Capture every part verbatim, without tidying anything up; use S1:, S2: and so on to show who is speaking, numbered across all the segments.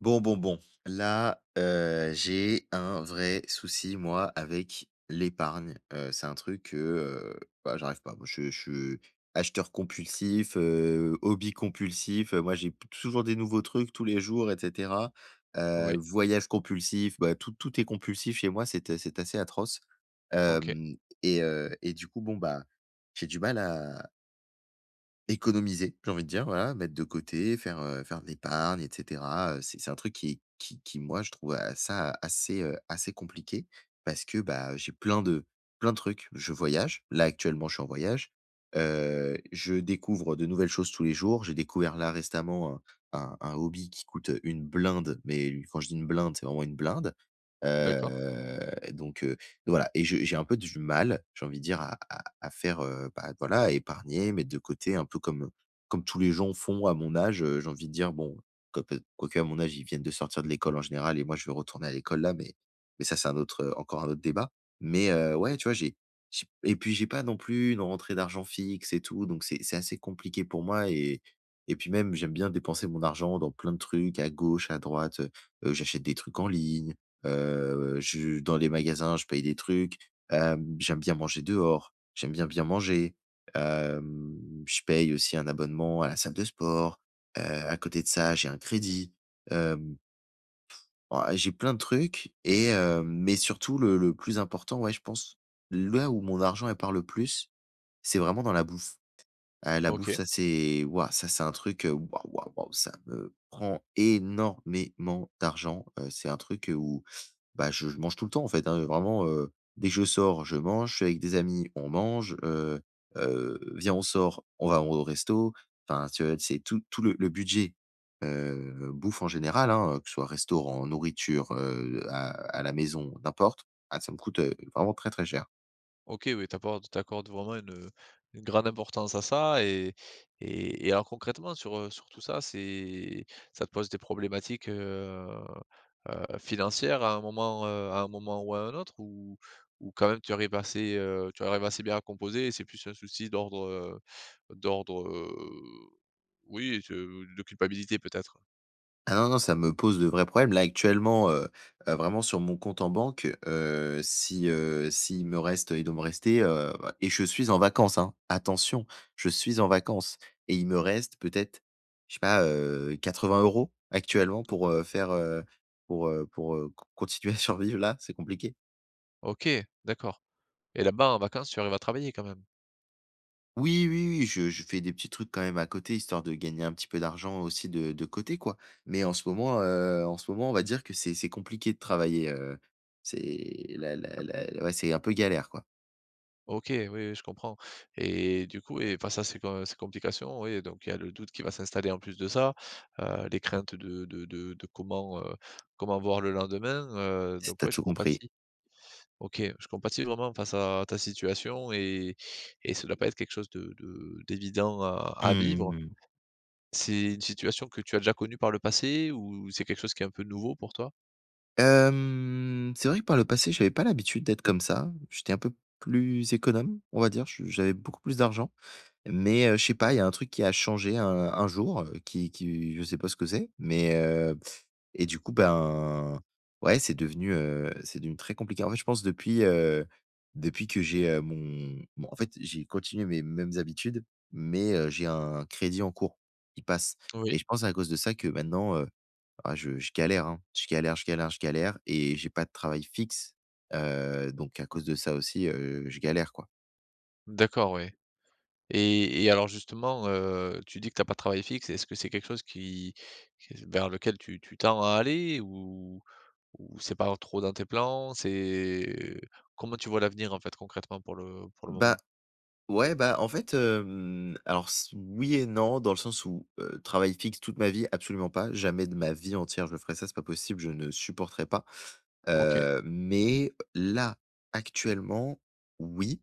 S1: Bon, bon, bon. Là, heu, j'ai un vrai souci, moi, avec l'épargne. Heu, c'est un truc que, heu, bah, j'arrive pas. Moi, je je suis acheteur compulsif, heu, hobby compulsif, heu, moi, j'ai p toujours des nouveaux trucs tous les jours et cetera. Heu,
S2: Oui,
S1: voyage compulsif, bah, tout tout est compulsif chez moi, c'est, c'est assez atroce.
S2: OK,
S1: Hem et heu et du coup, bon, bah, j'ai du mal à économiser, j'ai envie de dire, voilà, mettre de côté, faire, heu, faire de l'épargne et cetera, heu, c'est c'est un truc qui qui qui moi je trouve, heu, ça assez, heu, assez compliqué parce que, bah, j'ai plein de plein de trucs. Je voyage, là actuellement je suis en voyage, heu, je découvre de nouvelles choses tous les jours. J'ai découvert là récemment un un un hobby qui coûte une blinde, mais quand je dis une blinde, c'est vraiment une blinde, heu,
S2: d'accord.
S1: donc voilà, et je j'ai un peu du mal, j'ai envie de dire, à à à faire, heu, bah, voilà, à épargner, mettre de côté un peu comme, comme tous les gens font à mon âge, heu, j'ai envie de dire, bon, quoi peut quoique à mon âge, ils viennent de sortir de l'école en général et moi je vais retourner à l'école là, mais mais ça c'est un autre, heu, encore un autre débat. Mais heu, ouais, tu vois, j'ai j'ai et puis j'ai pas non plus une rentrée d'argent fixe et tout, donc c'est c'est assez compliqué pour moi, et et puis même, j'aime bien dépenser mon argent dans plein de trucs à gauche, à droite. Heu j'achète des trucs en ligne. Heu, je dans les magasins, je paye des trucs. Hem, j'aime bien manger dehors, j'aime bien bien manger. Hem, je paye aussi un abonnement à la salle de sport. Heu, à côté de ça, j'ai un crédit. Hem, Ouah, j'ai plein de trucs, et hem, mais surtout le le plus important, ouais, je pense, là où mon argent est part le plus, c'est vraiment dans la bouffe. Heu, la bouffe,
S2: OK,
S1: ça c'est waouh, ça c'est un truc, heu, waouh, waouh, waouh, ça me prend énormément d'argent. Heu, c'est un truc, heu, où, bah, je je mange tout le temps en fait, hein, vraiment, heu, dès que je sors, je mange, je suis avec des amis, on mange, heu heu, viens, on sort, on va au resto. Enfin, tu vois, c'est tout tout le le budget, heu, bouffe en général, hein, que ce soit restaurant, nourriture, heu, à à la maison, n'importe. Ah, ça me coûte, heu, vraiment très, très cher.
S2: OK, oui, tu apportes tu vraiment une, une grande importance à ça et et et alors concrètement sur, heu, sur tout ça, c'est ça te pose des problématiques, heu heu, financières à un moment, heu, à un moment ou à un autre? Ou ou quand même tu arrives assez, heu, tu arrives assez bien à composer et c'est plus un souci d'ordre, heu, d'ordre, heu, oui, de de culpabilité peut-être?
S1: Ah non, non, ça me pose de vrais problèmes. Là, actuellement, heu heu, vraiment sur mon compte en banque, heu, si, heu, s'il me reste, il doit me rester, heu et je suis en vacances, hein. Attention, je suis en vacances, et il me reste peut-être, je sais pas, heu, quatre-vingts euros actuellement pour, heu, faire, heu, pour, heu pour, heu, c continuer à survivre là, c'est compliqué.
S2: OK, d'accord et là-bas en vacances, tu arrives à travailler quand même?
S1: Oui, oui, oui, je je fais des petits trucs quand même à côté, histoire de gagner un petit peu d'argent aussi de de côté, quoi. Mais en ce moment, heu, en ce moment, on va dire que c'est c'est compliqué de travailler, heu, c'est la la la ouais, c'est un peu galère, quoi,
S2: OK, oui, oui, je comprends et du coup et enfin ça c'est com c'est complication, oui, donc il y a le doute qui va s'installer en plus de ça, heu, les craintes de de de de comment, heu, comment voir le lendemain, heu,
S1: si
S2: donc
S1: tu
S2: ouais, je
S1: tout compris.
S2: compatis. OK, je compatis vraiment face à ta situation et et ça doit pas être quelque chose de de d'évident à à vivre.
S1: Mmh.
S2: C'est une situation que tu as déjà connue par le passé ou c'est quelque chose qui est un peu nouveau pour toi?
S1: Hem, c'est vrai que par le passé, j'avais pas l'habitude d'être comme ça. J'étais un peu plus économe, on va dire. Je J'avais beaucoup plus d'argent. Mais, heu, je sais pas, il y a un truc qui a changé un un jour, heu, qui qui je sais pas ce que c'est, mais, heu et du coup, ben, ouais, c'est devenu, heu, c'est devenu très compliqué. En fait, je pense depuis, heu, depuis que j'ai, heu, mon mon en fait, j'ai continué mes mêmes habitudes, mais, heu, j'ai un crédit en cours qui passe, et
S2: Oui,
S1: je pense à cause de ça que maintenant, heu, ah je je galère, hein. Je galère, je galère, je galère, et j'ai pas de travail fixe, heu, donc à cause de ça aussi, heu, je galère, quoi.
S2: d'accord, oui. Et et alors justement, heu, tu dis que t'as pas de travail fixe. Est-ce que c'est quelque chose qui qui vers lequel tu tu tends à aller ou ou c'est pas trop dans tes plans? C'est comment tu vois l'avenir en fait concrètement pour le pour le
S1: Bah
S2: moment?
S1: ouais, bah, en fait, hem, alors s oui et non, dans le sens où, heu, travail fixe toute ma vie, absolument pas. Jamais de ma vie entière je ferai ça, c'est pas possible, je ne supporterai pas.
S2: OK,
S1: Heu, mais là, actuellement, oui,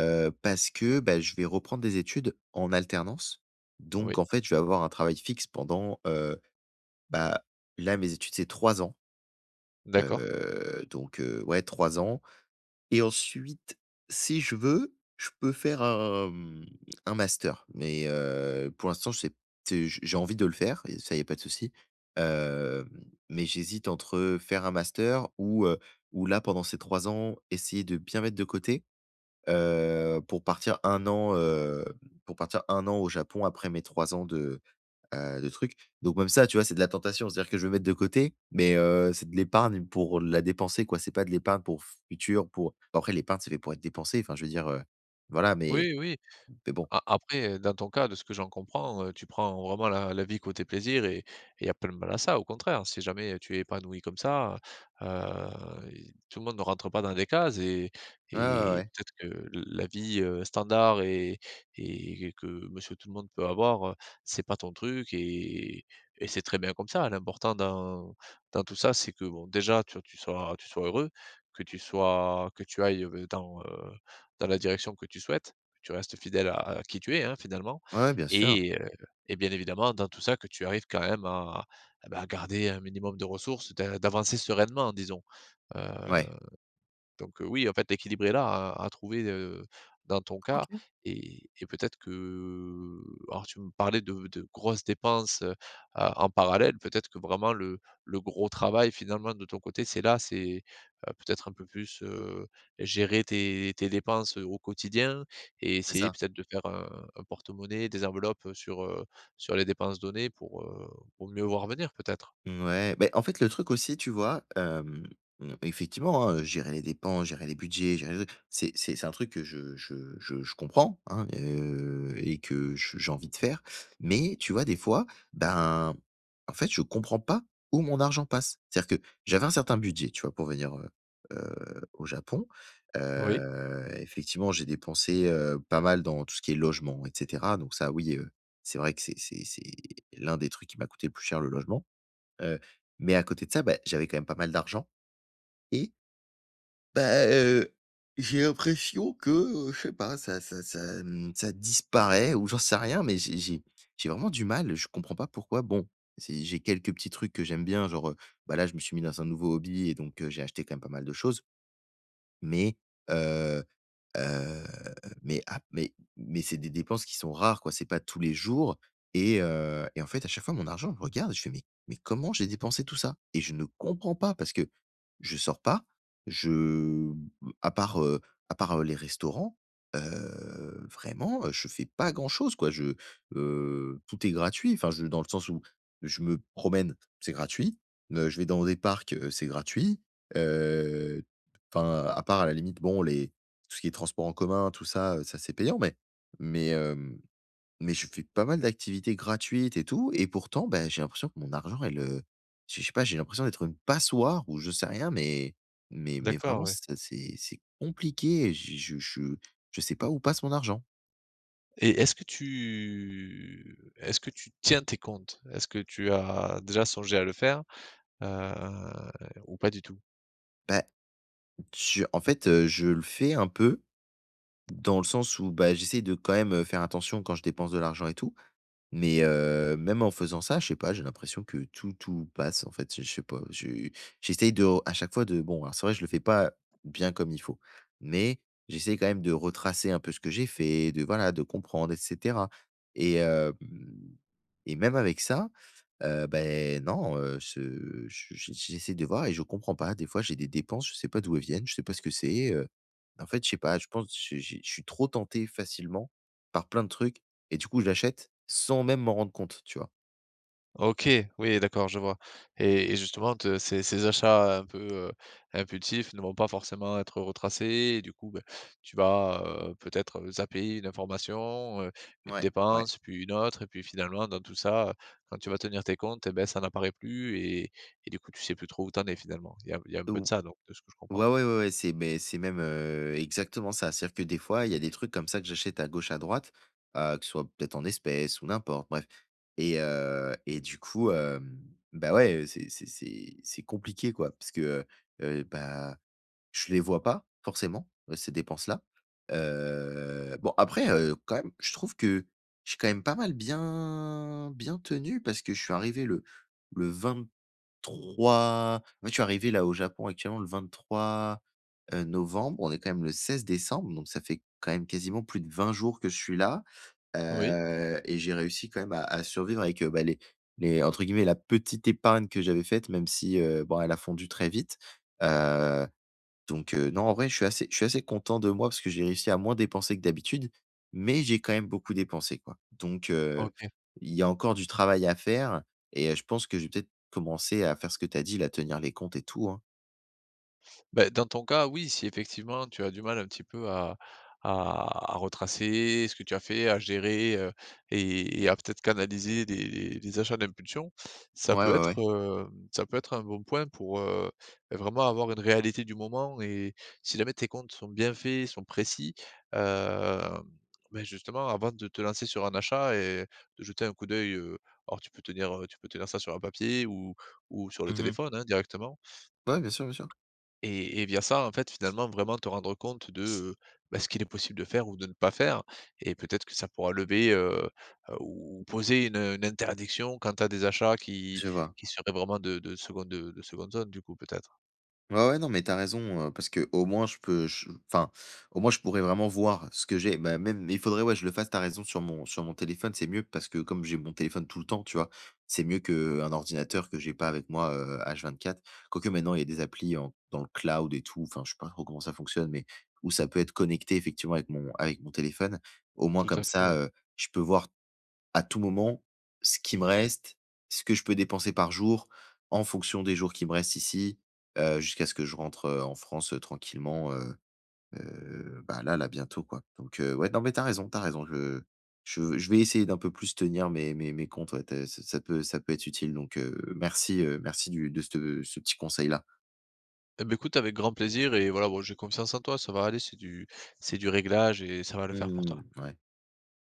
S1: heu, parce que, bah, je vais reprendre des études en alternance. Donc
S2: oui,
S1: en fait, je vais avoir un travail fixe pendant, heu, bah, là mes études c'est trois ans,
S2: d'accord.
S1: heu, donc heu, ouais trois ans. Et ensuite, si je veux, je peux faire un, mmh, un master, mais heu, pour l'instant, je sais c'est j j'ai envie de le faire et ça, il y a pas de souci. Hem, mais j'hésite entre faire un master ou, heu, ou là, pendant ces trois ans, essayer de bien mettre de côté, heu, pour partir un an, heu, pour partir un an au Japon après mes trois ans de Heu, de trucs. Donc même ça, tu vois, c'est de la tentation. C'est-à-dire que je vais mettre de côté, mais heu, c'est de l'épargne pour la dépenser, quoi. C'est pas de l'épargne pour futur, pour bon, après l'épargne, c'est fait pour être dépensé. Enfin, je veux dire, heu, voilà, mais
S2: Oui, oui.
S1: mais bon.
S2: A après, heu, dans ton cas, de ce que j'en comprends, heu, tu prends vraiment la la vie côté plaisir et il y a pas de mal à ça, au contraire. Si jamais, tu es épanoui comme ça, heu, et tout le monde ne rentre pas dans des cases et
S1: Ouais, ouais,
S2: et
S1: ouais.
S2: peut-être que la vie, heu, standard et et que monsieur tout le monde peut avoir, heu, c'est pas ton truc et et c'est très bien comme ça. L'important dans dans tout ça, c'est que, bon, déjà, tu tu sois tu sois heureux, que tu sois que tu ailles, heu, dans, heu, dans la direction que tu souhaites tu restes fidèle à à qui tu es, hein, finalement
S1: Ouais, bien sûr.
S2: et heu et bien évidemment dans tout ça que tu arrives quand même à, eh ben, à bah, garder un minimum de ressources, d'a d'avancer sereinement disons, heu
S1: Ouais.
S2: donc, heu, oui, en fait, l'équilibre est là à à trouver, heu, dans ton cas
S1: OK,
S2: et et peut-être que alors tu me parlais de de grosses dépenses, heu, a en parallèle. Peut-être que vraiment le le gros travail finalement de ton côté, c'est là, c'est, heu, peut-être un peu plus, heu, gérer tes tes dépenses, au quotidien et
S1: c'est
S2: essayer
S1: ça.
S2: peut-être de faire un un porte-monnaie, des enveloppes, sur, heu, sur les dépenses données pour, heu, pour mieux voir venir peut-être?
S1: Ouais, ben en fait, le truc aussi, tu vois, hem, mmh, effectivement, hein, gérer les dépenses, gérer les budgets, gérer le c'est c'est c'est un truc que je je je je comprends, hein, heu et que je j'ai envie de faire. Mais tu vois, des fois, ben, en fait, je comprends pas où mon argent passe. C'est-à-dire que j'avais un certain budget, tu vois, pour venir, heu heu, au Japon.
S2: Oui,
S1: Heu, effectivement, j'ai dépensé, heu, pas mal dans tout ce qui est logement et cetera. Donc ça, oui, heu, c'est vrai que c'est c'est c'est l'un des trucs qui m'a coûté le plus cher, le logement. Heu, mais à côté de ça, bah, j'avais quand même pas mal d'argent, et bah, heu, j'ai l'impression que, heu, je sais pas, ça ça ça, mmh, ça disparaît ou j'en sais rien, mais j'ai j'ai j'ai vraiment du mal, je comprends pas pourquoi. Bon, c'est j'ai quelques petits trucs que j'aime bien, genre, heu, bah, là, je me suis mis dans un nouveau hobby et donc heu, j'ai acheté quand même pas mal de choses. Mais, heu heu, mais ap mais mais c'est des dépenses qui sont rares, quoi, c'est pas tous les jours, et heu et en fait, à chaque fois, mon argent, je regarde je fais: «Mais mais comment j'ai dépensé tout ça?» et je ne comprends pas parce que je sors pas, je à part, heu, à part, heu, les restaurants, heu, vraiment, heu, je fais pas grand-chose, quoi. Je, heu, tout est gratuit, enfin, je dans le sens où je me promène, c'est gratuit, heu, je vais dans des parcs, heu, c'est gratuit. Enfin, à part à la limite, bon, les tout ce qui est transport en commun, tout ça, heu, ça c'est payant, mais mais hem, mais je fais pas mal d'activités gratuites et tout, et pourtant, ben j'ai l'impression que mon argent elle, heu, je sais pas, j'ai l'impression d'être une passoire ou je sais rien, mais mais mais
S2: d'accord,
S1: vraiment
S2: oui.
S1: ça c'est c'est compliqué. je je je je sais pas où passe mon argent.
S2: Et est-ce que tu est-ce que tu tiens tes comptes? Est-ce que tu as déjà songé à le faire, heu, ou pas du tout?
S1: Bah, je en fait, heu, je le fais un peu dans le sens où, bah, j'essaie de quand même, heu, faire attention quand je dépense de l'argent et tout. Mais heu, même en faisant ça, je sais pas, j'ai l'impression que tout tout passe en fait, je je sais pas, je j'essaye de à chaque fois de bon, alors c'est vrai je le fais pas bien comme il faut, mais j'essaye quand même de retracer un peu ce que j'ai fait, de voilà, de comprendre et cetera, et hem et même avec ça, heu, beh, non, heu, ce je j'e j'essaie de voir, et je comprends pas. Des fois, j'ai des dépenses, je sais pas d'où elles viennent, je sais pas ce que c'est, heu, en fait, je sais pas, je pense j'ai j'ai je je suis trop tenté facilement par plein de trucs, et du coup, je l'achète sans même m'en rendre compte, tu vois?
S2: OK, oui, d'accord, je vois et et justement te ces ces achats un peu, heu, impulsifs ne vont pas forcément être retracés et du coup, beh, tu vas, heu, peut-être, zapper une information, heu, une
S1: Ouais, ouais.
S2: dépense, puis une autre et puis finalement dans tout ça, heu, quand tu vas tenir tes comptes et beh, ça n'apparaît plus et et du coup tu sais plus trop où t'en es finalement. Il y a il y a un peu de
S1: Ou
S2: ça donc de ce que je comprends.
S1: ouais, ouais, ouais, ouais, c'est mais c'est même, heu, exactement ça. C'est-à-dire que des fois, il y a des trucs comme ça que j'achète à gauche, à droite, heu, que ce soit peut-être en espèces ou n'importe, bref, et heu et du coup, hem, bah, ouais, c'est c'est c'est c'est compliqué, quoi, parce que, heu bah, je les vois pas forcément, heu, ces dépenses-là. Heu, bon, après, heu, quand même, je trouve que je suis quand même pas mal bien bien tenu parce que je suis arrivé le le vingt trois moi, je suis arrivé là au Japon actuellement le vingt-trois, heu, novembre. On est quand même le seize décembre, donc ça fait quand même quasiment plus de vingt jours que je suis là,
S2: Oui,
S1: heu et j'ai réussi quand même à à survivre avec, heu, bah, les les entre guillemets «la petite épargne» que j'avais faite, même si, heu, bon, elle a fondu très vite, heu donc heu, non, en vrai, je suis assez je suis assez content de moi parce que j'ai réussi à moins dépenser que d'habitude, mais j'ai quand même beaucoup dépensé, quoi. Donc heu,
S2: OK.
S1: il y a encore du travail à faire, et heu, je pense que je vais peut-être commencer à faire ce que tu as dit là, tenir les comptes et tout, hein.
S2: Beh, dans ton cas, oui, si effectivement tu as du mal un petit peu à à à retracer ce que tu as fait, à gérer, heu et et à peut-être canaliser des des des achats d'impulsion, ça
S1: Ouais, ouais,
S2: peut être,
S1: ouais.
S2: heu, ça peut être un bon point pour, heu, vraiment avoir une réalité du moment et si jamais tes comptes sont bien faits, sont précis, hem, beh, justement avant de te lancer sur un achat et de jeter un coup d'œil, heu, alors tu peux tenir, tu peux tenir ça sur un papier ou ou sur le
S1: Mmh.
S2: téléphone, hein, directement.
S1: Ouais, bien sûr, bien sûr.
S2: Et et via ça, en fait, finalement, vraiment te rendre compte de, heu, bah, ce qu'il est possible de faire ou de ne pas faire et peut-être que ça pourra lever, heu heu, ou poser une, une interdiction quant à des achats qui
S1: Je vois.
S2: qui seraient vraiment de de seconde de de seconde zone du coup, peut-être.
S1: Ouais, ouais, non, mais t'as raison, heu, parce que au moins je peux je enfin, au moins je pourrais vraiment voir ce que j'ai. Bah, même il faudrait, ouais, je le fasse, t'as raison, sur mon sur mon téléphone, c'est mieux parce que comme j'ai mon téléphone tout le temps, tu vois? C'est mieux qu'un ordinateur que j'ai pas avec moi, heu, h quatre quoique maintenant, il y a des applis en dans le cloud et tout, enfin, je sais pas trop comment ça fonctionne, mais où ça peut être connecté effectivement avec mon avec mon téléphone. Au moins
S2: Tout
S1: comme
S2: à fait,
S1: ça,
S2: oui.
S1: heu, je peux voir à tout moment ce qui me reste, ce que je peux dépenser par jour en fonction des jours qui me restent ici, heu, jusqu'à ce que je rentre, heu, en France, heu, tranquillement, heu heu, bah, là là bientôt quoi. Donc heu, ouais, non mais t'as raison, t'as raison. Je je je vais essayer d'un peu plus tenir mes mes mes comptes, ouais, tu ça ça peut ça peut être utile donc heu, merci, heu, merci du de ce ce petit conseil là.
S2: Eh beh, écoute, avec grand plaisir et voilà, bon, j'ai confiance en toi, ça va aller, c'est du c'est du réglage et ça va le faire pour toi.
S1: Mmh, ouais.